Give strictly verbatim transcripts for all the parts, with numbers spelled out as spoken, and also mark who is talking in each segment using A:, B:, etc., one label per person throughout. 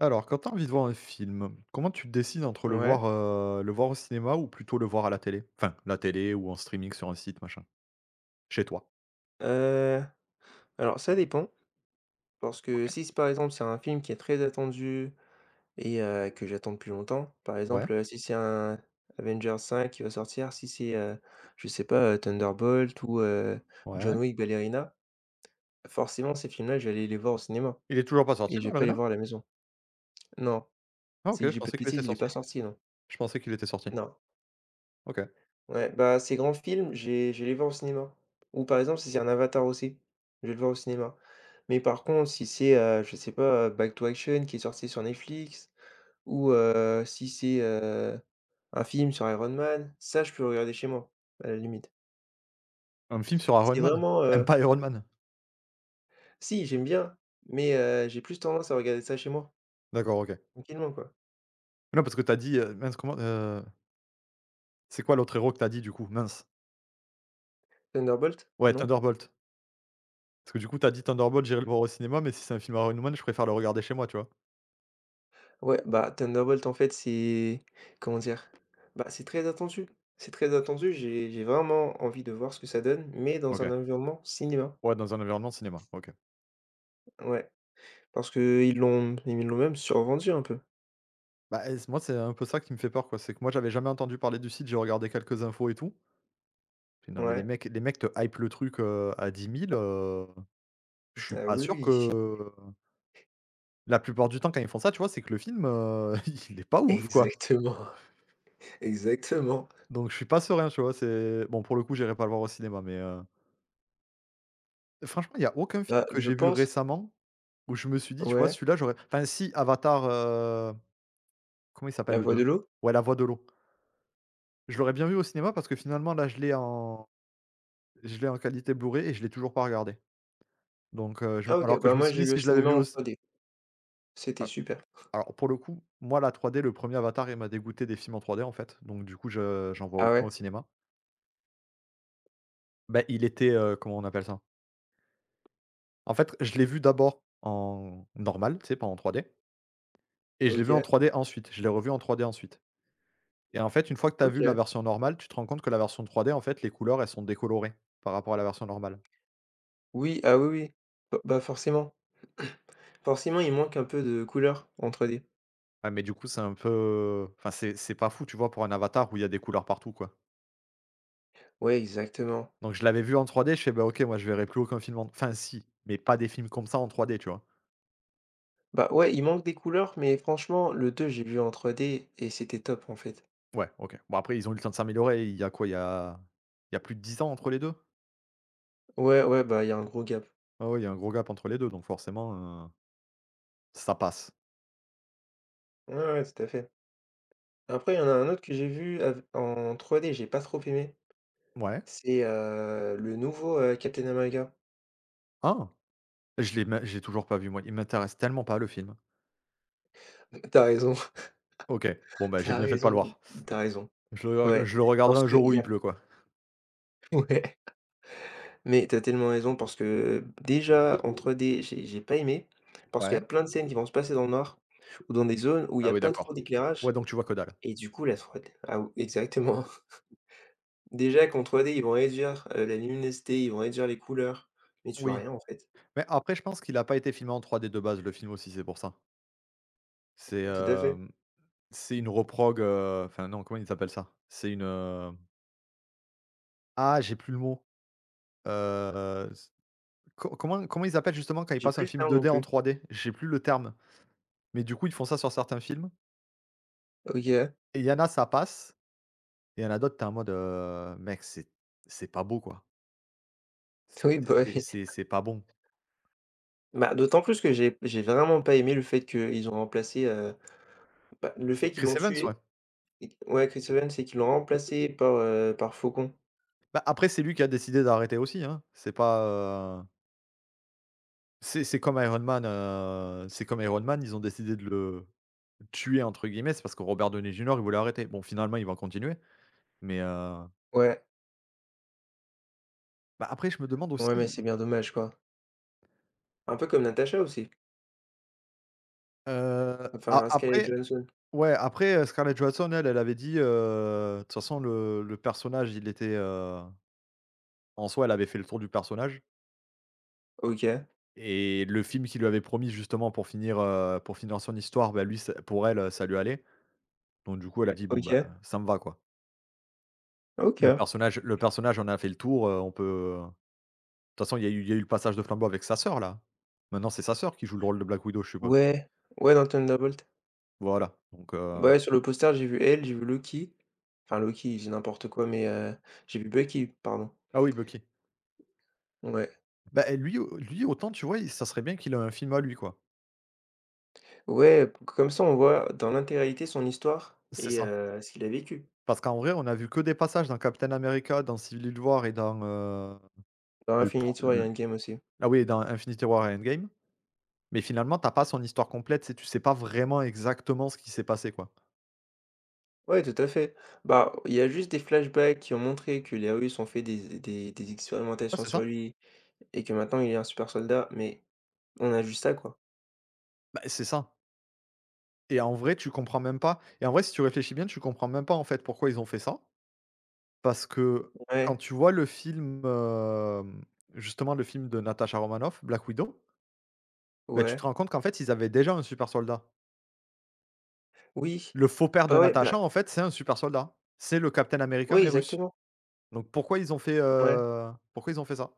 A: Alors, quand tu as envie de voir un film, comment tu décides entre le
B: Ouais,
A: voir, heu, le voir au cinéma ou plutôt le voir à la télé? Enfin, la télé ou en streaming sur un site, machin. Chez toi.
B: heu, alors ça dépend, parce que
A: OK.
B: si c'est par exemple c'est un film qui est très attendu et heu, que j'attends depuis longtemps. Par
A: Ouais,
B: exemple, heu, si c'est un Avengers cinq qui va sortir, si c'est, heu, je sais pas, heu, Thunderbolt ou heu, John
A: ouais.
B: Wick Ballerina, forcément ces films-là, je vais aller les voir au cinéma
A: Il est toujours pas
B: et
A: sorti,
B: je vais pas les
A: Ballerina?
B: voir à la maison. Non,
A: Ah, OK,
B: si
A: je
B: j'ai pas de
A: pensais qu'il
B: bêtises,
A: était
B: il est
A: sorti.
B: pas sorti, non.
A: Je pensais qu'il était sorti.
B: Non.
A: OK.
B: Ouais, bah, ces grands films, j'ai j'ai les voir au cinéma. Ou par exemple, si c'est un Avatar aussi, je vais le voir au cinéma. Mais par contre, si c'est, heu, je sais pas, heu, Back to Action qui est sorti sur Netflix ou, heu, si c'est, heu, un film sur Iron Man, ça je peux le regarder chez moi, à la limite.
A: Un film sur Iron
B: C'est
A: Man?
B: vraiment,
A: Même
B: heu
A: pas Iron Man?
B: si, j'aime bien, mais, heu, j'ai plus tendance à regarder ça chez moi,
A: D'accord, OK.
B: tranquillement quoi.
A: Non, parce que t'as dit, heu, mince comment, heu, c'est quoi l'autre héros que t'as dit du coup? Mince.
B: Thunderbolt,
A: Ouais,
B: non?
A: Thunderbolt. Parce que du coup, t'as dit Thunderbolt, j'irai le voir au cinéma, mais si c'est un film Iron Man, je préfère le regarder chez moi, tu vois?
B: Ouais, bah, Thunderbolt, en fait, c'est comment dire? Bah, c'est très attendu. C'est très attendu. J'ai j'ai vraiment envie de voir ce que ça donne, mais dans un
A: OK.
B: environnement cinéma.
A: Ouais, dans un environnement cinéma. OK.
B: Ouais, parce que ils l'ont ils l'ont même survendu un peu.
A: Bah, et c moi, c'est un peu ça qui me fait peur, quoi. C'est que moi, j'avais jamais entendu parler du site, j'ai regardé quelques infos et tout. J'ai dit: «Non, mais les
B: Ouais.
A: mecs les mecs te hype le truc, heu, à dix mille heu, je suis
B: Ah
A: pas
B: oui,
A: sûr
B: oui.
A: que» la plupart du temps, quand ils font ça, tu vois, c'est que le film, heu, il est pas ouf, quoi.
B: Exactement. Exactement.
A: Donc je suis pas serein, tu vois? C'est bon, pour le coup, j'irai pas le voir au cinéma, mais, heu, franchement, il y a aucun
B: Bah,
A: film que
B: je
A: j'ai vu
B: pense
A: récemment où je me suis dit: «Tu vois,
B: ouais.
A: celui-là, j'aurais» enfin, si, Avatar, heu, comment il s'appelle
B: La
A: le
B: Voix de
A: deux?
B: l'eau?
A: Ouais, La Voix de l'eau. Je l'aurais bien vu au cinéma parce que finalement, là, je l'ai en Je l'ai en qualité Blu-ray et je l'ai toujours pas regardé. Donc, heu, je me
B: Ah OK,
A: alors que
B: bah,
A: je me
B: moi,
A: suis
B: j'ai
A: dit
B: vu au
A: si je l'avais
B: cinéma
A: vu
B: en
A: au c
B: trois d. C'était
A: al
B: super.
A: alors pour le coup, moi la trois D, le premier Avatar, il m'a dégoûté des films en trois D en fait, donc du coup je j'en vois
B: Ah
A: aucun au
B: ouais?
A: cinéma. Bah, il était, heu, comment on appelle ça? En fait, je l'ai vu d'abord en normal, tu sais, pas en trois D et je l'ai vu en
B: OK,
A: trois D ensuite. Je l'ai revu en trois D ensuite et en fait, une fois que tu as vu la
B: OK.
A: version normale, tu te rends compte que la version trois D, en fait, les couleurs, elles sont décolorées par rapport à la version normale.
B: Oui, ah oui, oui. Bah bah, forcément. Forcément, il manque un peu de couleur en trois d.
A: Ouais, mais du coup, c'est un peu enfin, c'est c'est pas fou, tu vois, pour un Avatar où il y a des couleurs partout, quoi.
B: Ouais, exactement.
A: Donc je l'avais vu en trois D, je fais: «Bah, OK, moi je verrai plus aucun film en» enfin si, mais pas des films comme ça en trois D, tu vois?
B: Bah, ouais, il manque des couleurs, mais franchement, le deux, j'ai vu en trois d et c'était top, en fait.
A: Ouais, OK. Bon, après ils ont eu le temps de s'améliorer, il y a quoi? Il y a il y a plus de dix ans entre les deux,
B: Ouais, ouais, bah, il y a un gros gap.
A: ah ouais, il y a un gros gap entre les deux donc forcément, heu, ça passe.
B: Ouais, ouais, tout à fait. Après, il y en a un autre que j'ai vu av- en trois d, j'ai pas trop aimé.
A: Ouais.
B: C'est euh, le nouveau euh, Captain America.
A: Ah! Je l'ai même j'ai toujours pas vu moi, il m'intéresse tellement pas le film.
B: T'as raison.
A: OK, bon, bah, j'ai
B: T'as
A: bien fait de pas le
B: raison,
A: voir.
B: t'as raison.
A: Je le
B: Ouais,
A: je le regarderai
B: parce
A: un
B: que
A: jour
B: il
A: où
B: y
A: il
B: a...
A: pleut, quoi.
B: Ouais, mais t'as tellement raison, parce que déjà, en trois d j'ai j'ai pas aimé, parce qu'il y a
A: Ouais.
B: plein de scènes qui vont se passer dans le noir, ou dans des zones où il n'y
A: Ah
B: a
A: oui,
B: pas trop
A: d'accord. Ouais,
B: d'éclairage,
A: donc tu vois que dalle.
B: et du coup, la trois d... Ah, oui, exactement. Déjà qu'en trois d, ils vont réduire, heu, la luminosité, ils vont réduire les couleurs, mais tu vois
A: Oui,
B: rien en fait.
A: mais après je pense qu'il a pas été filmé en trois D de base le film aussi, c'est pour ça. C'est,
B: Ouais, tout à fait.
A: hem C'est une reprog, heu, enfin non, comment ils appellent ça? C'est une, heu, ah, j'ai plus le mot, heu, c co comment comment ils appellent justement quand ils
B: J'ai
A: passent
B: plus
A: un
B: le
A: film
B: temps non
A: deux D en
B: plus.
A: trois D? J'ai plus le terme, mais du coup, ils font ça sur certains films
B: OK.
A: et il y en a, ça passe et il y en a d'autres, t'es es en mode, heu, mec, c'est c'est pas beau, quoi.
B: Oui,
A: C'est
B: bah,
A: c'est
B: oui.
A: c'est c'est pas bon.
B: Bah, d'autant plus que j'ai j'ai vraiment pas aimé le fait qu'ils ont remplacé, heu, bah, le fait qu'ils
A: Chris
B: l'ont
A: Evans, ouais.
B: tué et ouais, Chris Evans, et qu'ils l'ont remplacé par, heu, par Faucon.
A: Bah, après, c'est lui qui a décidé d'arrêter aussi, hein. C'est pas, heu, c'est c'est comme Iron Man, heu, c'est comme Iron Man, ils ont décidé de le «tuer» entre guillemets, c'est parce que Robert Downey Junior, il voulait arrêter. Bon, finalement, il va continuer. Mais, heu,
B: Ouais,
A: bah, après je me demande
B: ouais, mais c'est
A: aussi,
B: bien dommage quoi. Un peu comme Natasha aussi,
A: heu, a
B: enfin Scarlett
A: après
B: Johansson.
A: ouais, après, heu, Scarlett Johansson elle, elle avait dit, heu, de toute façon le le personnage il était, heu, en soi elle avait fait le tour du personnage
B: OK,
A: et le film qu'il lui avait promis justement pour finir, heu, pour finir son histoire, bah, lui ça pour elle, heu, ça lui allait. Donc du coup elle a dit: «Bon, bah,
B: OK,
A: ça me va quoi». Le
B: OK.
A: personnage le personnage on a fait le tour, heu, on peut de toute façon il y a eu il y a eu le passage de flambeau avec sa sœur là. Maintenant c'est sa sœur qui joue le rôle de Black Widow, je suppose?
B: Ouais, ouais, dans Thunderbolt.
A: Voilà, donc, heu
B: Bah, ouais, sur le poster, j'ai vu elle, j'ai vu Loki. Enfin Loki, j'ai n'importe quoi, mais heu, j'ai vu Bucky, pardon.
A: ah oui, Bucky.
B: Ouais.
A: Bah, et lui au lui autant tu vois, il ça serait bien qu'il ait un film à lui, quoi.
B: Ouais, p comme ça, on voit dans l'intégralité son histoire
A: C'est
B: et
A: ça.
B: heu, ce qu'il a vécu.
A: Parce qu'en vrai, on a vu que des passages dans Captain America, dans Civil War et dans, heu,
B: Dans
A: bah, le pre
B: Infinity War et
A: le
B: Endgame aussi.
A: ah oui, dans Infinity War et Endgame, mais finalement, t'as pas son histoire complète, tu tu sais pas vraiment exactement ce qui s'est passé, quoi.
B: Ouais, tout à fait. Bah, il y a juste des flashbacks qui ont montré que les Russes ont fait des des des
A: Ouais,
B: expérimentations
A: c'est
B: sur
A: ça.
B: lui et que maintenant il est un super soldat, mais on a juste ça, quoi.
A: Bah, c'est ça et en vrai, tu comprends même pas et en vrai, si tu réfléchis bien, tu comprends même pas, en fait, pourquoi ils ont fait ça. Parce que quand
B: Ouais,
A: tu vois le film, hem, justement, le film de Natasha Romanoff, Black Widow, bah, tu te
B: ouais,
A: rends compte qu'en fait, ils avaient déjà un super soldat.
B: oui.
A: Le faux père de
B: Bah, ouais, bah,
A: Natasha, en fait, c'est un super soldat. C'est le Captain America,
B: oui,
A: mais russe.
B: exactement.
A: Donc pourquoi ils ont fait,
B: Ouais.
A: heu, pourquoi ils ont fait ça?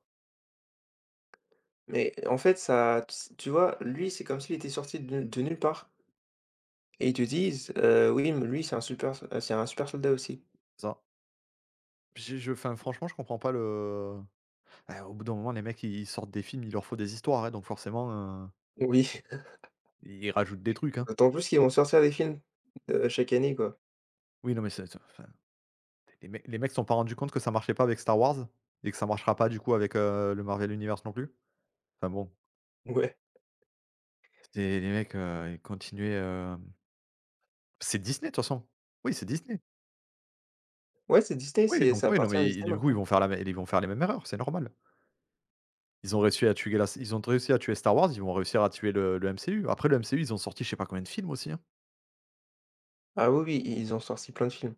B: Mais en fait, ça tu vois, lui, c'est comme s'il était sorti de de nulle part et ils te disent, heu: «Oui, mais lui, c'est un super s c'est un super soldat aussi».
A: C'est ça. J'ai je Enfin, franchement, je comprends pas le eh, Au bout d'un moment, les mecs, ils sortent des films, il leur faut des histoires, hein, donc forcément, heu,
B: Oui,
A: ils rajoutent des trucs, hein.
B: d'autant plus qu'ils vont sortir des films, heu, chaque année, quoi.
A: Oui, non, mais c'est c'est enfin, les mecs les mecs se sont pas rendus compte que ça marchait pas avec Star Wars et que ça marchera pas, du coup, avec, heu, le Marvel Universe non plus. Enfin bon,
B: Ouais.
A: c'est les mecs, heu, ils continuaient, hem c'est Disney, de toute façon. Oui, c'est Disney.
B: Ouais, c'est Disney,
A: Oui,
B: c'est
A: donc
B: ça
A: oui, non,
B: appartient à
A: mais
B: Disney
A: du coup, ils
B: maintenant.
A: vont faire la mê ils vont faire les mêmes erreurs, c'est normal. Ils ont réussi à tuer la ils ont réussi à tuer Star Wars, ils vont réussir à tuer le le M C U. Après le M C U, ils ont sorti je sais pas combien de films aussi, hein.
B: Ah oui, oui, ils ont sorti plein de films.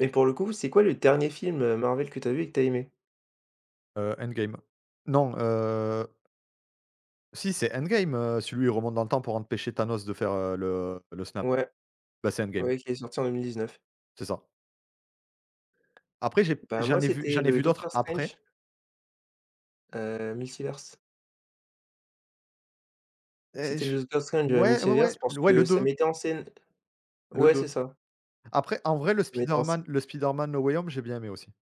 B: Mais pour le coup, c'est quoi le dernier film, heu, Marvel, que t'as vu et que t'as aimé?
A: Heu, Endgame. Non, heu, si c'est Endgame, heu, celui où il remonte dans le temps pour empêcher Thanos de faire, heu, le le snap.
B: Ouais,
A: Bah, c'est Endgame,
B: ouais, qui est sorti en vingt dix-neuf.
A: c'est ça. Après j'ai
B: Bah,
A: j'en
B: moi,
A: ai vu
B: c'était
A: j'en ai
B: le
A: vu d'autres
B: Doctor Strange,
A: après,
B: heu, Multiverse.
A: et
B: C'était
A: je
B: le Doctor Strange, heu,
A: ouais, ouais,
B: Multiverse,
A: ouais,
B: parce
A: le- ouais,
B: que
A: le
B: ça
A: deux
B: mettait en scène
A: le
B: ouais, c'est
A: deux.
B: ça.
A: Après en vrai le
B: Ça mettait en scène
A: Spider-Man le Spider-Man No Way Home, j'ai bien aimé aussi.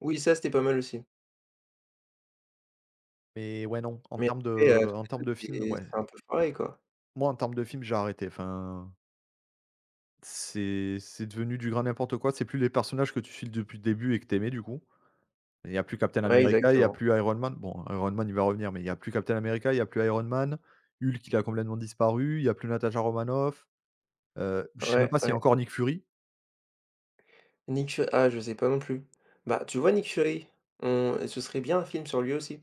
B: oui, ça, c'était pas mal aussi.
A: Mais ouais, non, en
B: Mais
A: termes de
B: après, heu,
A: en
B: tous les
A: termes
B: autres,
A: de film,
B: c'est
A: ouais.
B: c'est un peu pareil, quoi.
A: Moi en termes de film, j'ai arrêté, enfin, C'est c'est devenu du grand n'importe quoi, c'est plus les personnages que tu suis depuis le début et que t'aimais du coup. Il y a plus Captain
B: Ouais,
A: America, il y a
B: exactement.
A: plus Iron Man. Bon, Iron Man, il va revenir, mais il y a plus Captain America, il y a plus Iron Man. Hulk, il a complètement disparu, il y a plus Natasha Romanoff. Heu, je sais même
B: Ouais,
A: pas s'il y a
B: ouais.
A: encore Nick Fury.
B: Nick Fu ah, je sais pas non plus. Bah, tu vois, Nick Fury? On ce serait bien un film sur lui aussi.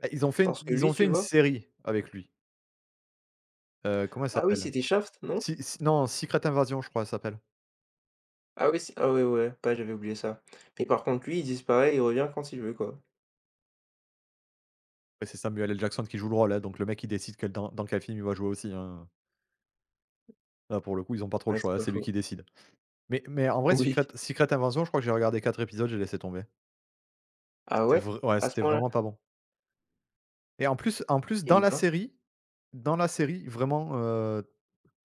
A: Bah, ils ont fait une
B: Parce que
A: ils
B: lui,
A: ont
B: tu
A: fait une
B: vois
A: série avec lui. Heu, comment elle
B: ah oui,
A: s'appelle?
B: c'était Shaft, non?
A: Si si non, Secret Invasion, je crois, elle s'appelle.
B: Ah oui, c'est ah ouais, ouais, bah, j'avais oublié ça. Mais par contre, lui, il disparaît, il revient quand il veut, quoi.
A: Ouais, c'est Samuel L. Jackson qui joue le rôle, hein, donc le mec, il décide quel dans dans quel film il va jouer aussi, hein. Là, pour le coup, ils ont pas trop le
B: Ouais, c'est
A: choix, hein,
B: pas
A: c'est lui
B: faux.
A: qui décide. hein. Mais mais en vrai,
B: Oui.
A: Secret Secret Invasion, je crois que j'ai regardé quatre épisodes, j'ai laissé tomber.
B: Ah
A: C'était
B: ouais?
A: vrai, ouais,
B: À ce
A: c'était
B: point-là?
A: vraiment pas bon. Et en plus en plus dans
B: Eh
A: la
B: ben,
A: série dans la série, vraiment, heu,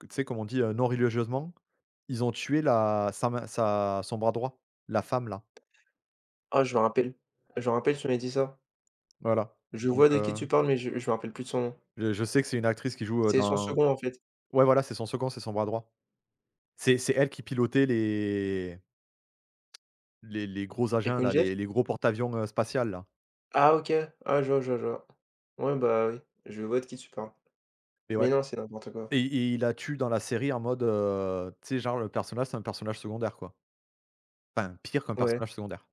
A: tu sais, comme on dit, heu, non religieusement, ils ont tué la sa main sa son bras droit, la femme là,
B: ah, je me rappelle. Je me rappelle, tu m'avais dit ça.
A: voilà.
B: Je
A: Donc,
B: vois de qui
A: heu,
B: tu parles, mais je je me rappelle plus de son nom.
A: je je sais que c'est une actrice qui joue, heu,
B: C'est son
A: dans
B: second, en fait.
A: ouais, voilà, c'est son second, c'est son bras droit. C'est c'est elle qui pilotait les les les gros
B: Les
A: agents
B: Queen
A: là,
B: Jet?
A: les les gros porte-avions, heu, spatial là.
B: Ah OK. Ah, je vois, je vois, je vois. Ouais, bah, oui, je vois de qui tu parles.
A: Et
B: Mais
A: ouais.
B: non, c'est n'importe quoi.
A: Et et il la tue dans la série en mode, heu, tu sais, genre le personnage, c'est un personnage secondaire, quoi. Enfin, pire qu'un
B: Ouais.
A: personnage secondaire.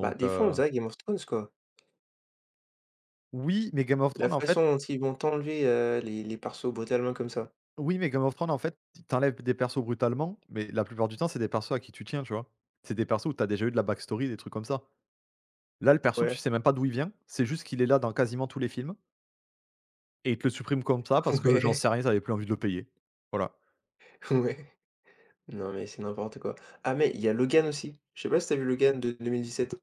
B: Bah, des fois, on
A: heu,
B: dirait Game of Thrones, quoi.
A: oui, mais Game of
B: La
A: Thrones, en fait
B: façon dont ils vont t'enlever, heu, les les persos brutalement comme ça.
A: oui, mais Game of Thrones, en fait, t'enlèves des persos brutalement, mais la plupart du temps, c'est des persos à qui tu tiens, tu vois? C'est des persos où t'as déjà eu de la backstory, des trucs comme ça. Là, le perso, tu
B: Ouais.
A: sais même pas d'où il vient, c'est juste qu'il est là dans quasiment tous les films et ils te le supprime comme ça parce que j'en
B: Ouais,
A: sais rien, t'avais plus envie de le payer. Voilà.
B: ouais. Non, mais c'est n'importe quoi. Ah, mais il y a Logan aussi. Je sais pas si t'as vu Logan de deux mille dix sept.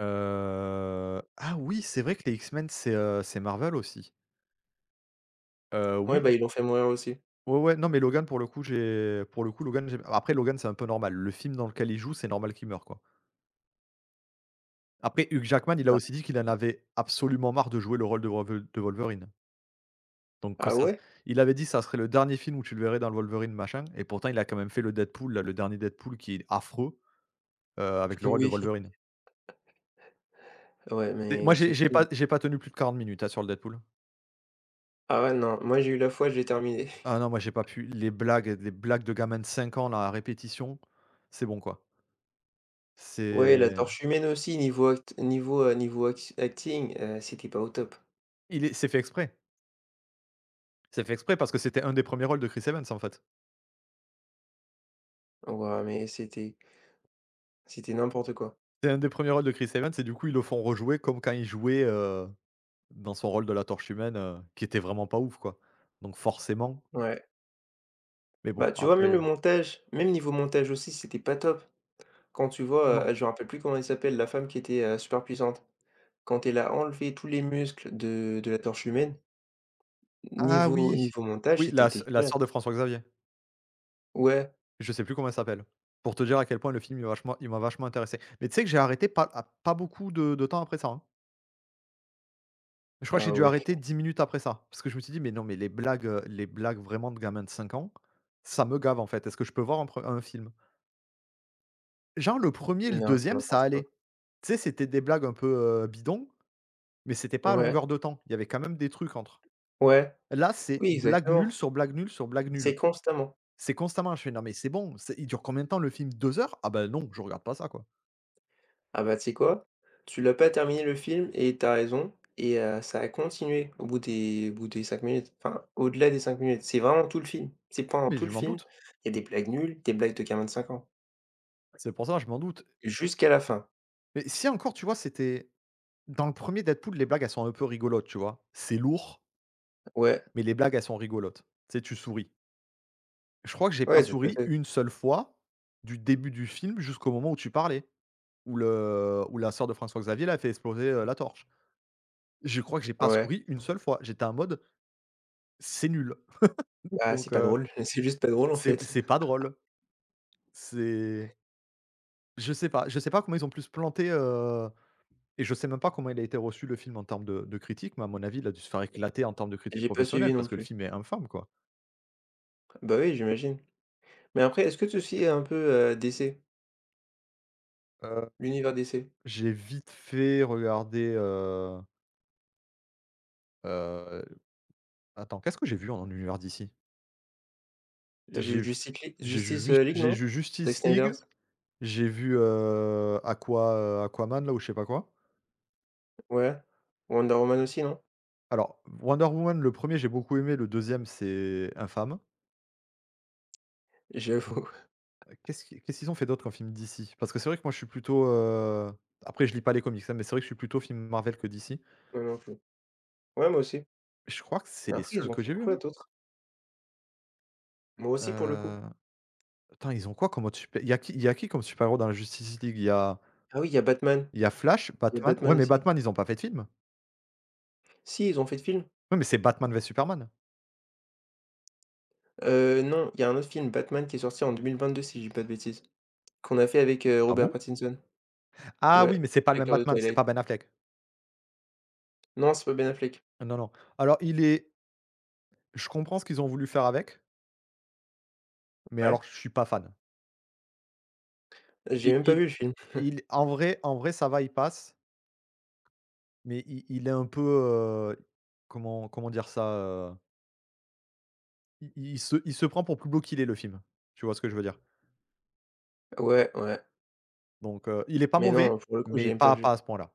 A: Heu, ah oui, c'est vrai que les X-Men, c'est, heu, c'est Marvel aussi. Heu,
B: Ouais,
A: oui.
B: bah, ils l'ont fait mourir aussi.
A: Ouais, ouais, non, mais Logan pour le coup, j'ai pour le coup, Logan, j'ai après Logan, c'est un peu normal. Le film dans lequel il joue, c'est normal qu'il meure, quoi. Après Hugh Jackman, il a
B: Bah
A: aussi dit qu'il en avait absolument marre de jouer le rôle de Wolve de Wolverine. Donc que
B: ah
A: ça
B: ouais?
A: Il avait dit: «Ça serait le dernier film où tu le verrais dans le Wolverine machin» et pourtant il a quand même fait le Deadpool, là, le dernier Deadpool qui est affreux, heu, avec le rôle de
B: Oui.
A: Wolverine.
B: Ouais,
A: Et
B: mais
A: moi
B: ce
A: j'ai j'ai
B: film
A: pas j'ai pas tenu plus de quarante minutes, hein, sur le Deadpool.
B: ah ouais, non, moi, j'ai eu la foi, j'ai terminé.
A: Ah non, moi j'ai pas pu. Les blagues les blagues de gamins de cinq ans, là, à répétition, c'est bon, quoi.
B: Ouais, La
A: C'est
B: Torche Humaine aussi, niveau act niveau, heu, niveau act acting, heu, c'était pas au top.
A: il est C'est fait exprès. C'est fait exprès parce que c'était un des premiers rôles de Chris Evans, en fait.
B: Waouh, mais c'était c'était n'importe quoi.
A: C'est un des premiers rôles de Chris Evans et du coup, ils le font rejouer comme quand il jouait, heu, dans son rôle de la Torche Humaine, heu, qui était vraiment pas ouf, quoi. Donc forcément,
B: Ouais.
A: mais bon,
B: Bah, tu vois, même
A: après.
B: le montage, même niveau montage aussi, c'était pas top. Quand tu vois,
A: Non.
B: heu, je me rappelle plus comment elle s'appelle, la femme qui était, heu, super puissante. Quand elle a enlevé tous les muscles de de la torche humaine,
A: Ah
B: niveau
A: oui!
B: niveau montage,
A: Oui,
B: c'était
A: la s la sœur de
B: dégueulasse.
A: François Xavier.
B: Ouais,
A: Je sais plus comment elle s'appelle. Pour te dire à quel point le film il m'a vachement il m'a vachement intéressé. Mais tu sais que j'ai arrêté pas à pas beaucoup de de temps après ça, hein. Je crois que j'ai
B: ah
A: dû
B: ouais,
A: arrêter dix minutes après ça, parce que je me suis dit: «Mais non, mais les blagues, heu, les blagues vraiment de gamins de cinq ans, ça me gave, en fait. Est-ce que je peux voir un pre un film?» Genre le premier, et le
B: non, c'est
A: deuxième, ça
B: n'importe quoi.
A: allait. Tu sais, c'était des blagues un peu, heu, bidons, mais c'était pas à
B: Ouais,
A: longueur de temps. Il y avait quand même des trucs entre.
B: ouais,
A: Là, c'est
B: oui,
A: blague nulle
B: exactement.
A: sur blague nulle sur blague
B: C'est
A: nulle.
B: constamment.
A: C'est constamment, je fais: «Non mais c'est bon, c'est il dure combien de temps le film? Deux heures? Ah ben non, je regarde pas ça quoi».
B: Ah bah, tu sais quoi? Tu l'as pas terminé le film et t'as raison, et heu, ça a continué au bout des au bout des cinq minutes, enfin, au-delà des cinq minutes. C'est vraiment tout le film. C'est pendant
A: Mais
B: tout le
A: je m'en
B: film,
A: doute.
B: il y a des blagues nulles, des blagues de gamins cinq ans,
A: C'est pour ça, je m'en doute.
B: jusqu'à la fin.
A: Mais si encore, tu vois, c'était dans le premier Deadpool, les blagues, elles sont un peu rigolotes, tu vois? C'est lourd,
B: Ouais,
A: mais les blagues, elles sont rigolotes. Tu sais, tu souris. Je crois que j'ai pas
B: ouais, tout à
A: souri
B: fait.
A: une seule fois du début du film jusqu'au moment où tu parlais. Où le où la sœur de François Xavier, là, a fait exploser, heu, la torche. Je crois que j'ai pas
B: Ouais,
A: souri une seule fois. J'étais en mode: «C'est nul».
B: bah, c'est
A: Donc
B: pas
A: heu,
B: drôle, c'est juste pas drôle, en
A: c'est
B: fait.
A: c'est pas drôle. C'est Je sais pas je sais pas comment ils ont pu se planter, heu et je sais même pas comment il a été reçu le film en termes de de critiques, mais à mon avis, il a dû se faire éclater en termes de critiques
B: J'ai pas suivi
A: professionnelles
B: non
A: parce que le
B: plus.
A: film est infâme, quoi.
B: Bah, oui, j'imagine. Mais après, est-ce que tu suis un peu, heu, D C,
A: Heu,
B: l'univers D C?
A: j'ai vite fait regarder, heu heu, attends, qu'est-ce que j'ai vu en univers D C?
B: Tu as vu
A: J'ai v
B: Justice League
A: j'ai vu
B: Justice, heu,
A: juste
B: League,
A: j'ai
B: non?
A: vu
B: Zack
A: Justice League.
B: Snyder's?
A: J'ai vu, heu, Aqua, heu, Aquaman là ou je sais pas quoi.
B: Ouais. Wonder Woman aussi, non?
A: Alors Wonder Woman, le premier j'ai beaucoup aimé, le deuxième c'est infâme.
B: J'avoue.
A: Qu'est-ce qui qu'est-ce qu'ils ont fait d'autre comme film D C? Parce que c'est vrai que moi je suis plutôt, heu, après je lis pas les comics, hein, mais c'est vrai que je suis plutôt film Marvel que D C.
B: Moi non plus. Ouais, moi aussi.
A: Je crois que c'est les
B: Après, ils
A: seuls
B: ont
A: que
B: fait
A: j'ai vus,
B: quoi
A: hein.
B: d'autre? Moi aussi, pour le coup.
A: Heu, Attends, ils ont quoi comme autre super il y a qui y a qui comme super-héros dans la Justice League? Il y a
B: Ah oui, il y a Batman.
A: y a Flash,
B: Il y a
A: Batman. Ouais,
B: Batman
A: mais
B: aussi.
A: Batman, ils ont pas fait de film?
B: Si, ils ont fait de film.
A: Ouais, mais c'est Batman v Superman.
B: Heu, non, il y a un autre film, Batman, qui est sorti en deux mille vingt deux si je dis pas de bêtises, qu'on a fait avec, heu,
A: Ah
B: Robert
A: bon?
B: Pattinson.
A: Ah oui,
B: Ouais,
A: mais c'est pas le même
B: l'acteur de
A: Batman, c'est
B: Twilight.
A: pas Ben Affleck.
B: Non, c'est pas Ben Affleck.
A: Non, non. Alors il est Je comprends ce qu'ils ont voulu faire avec, mais alors
B: Ouais,
A: je suis pas fan.
B: j'ai
A: I
B: même pas
A: il
B: vu le film.
A: il en vrai en vrai ça va, il passe, mais i il est un peu, heu, comment comment dire ça? Heu, i il se il se prend pour plus beau qu'il est le film. Tu vois ce que je veux dire?
B: Ouais, ouais,
A: Donc heu, il est pas
B: mais
A: mauvais,
B: non, pour le coup, j'ai
A: mais
B: même pas
A: pas
B: vu.
A: pas à ce point-là.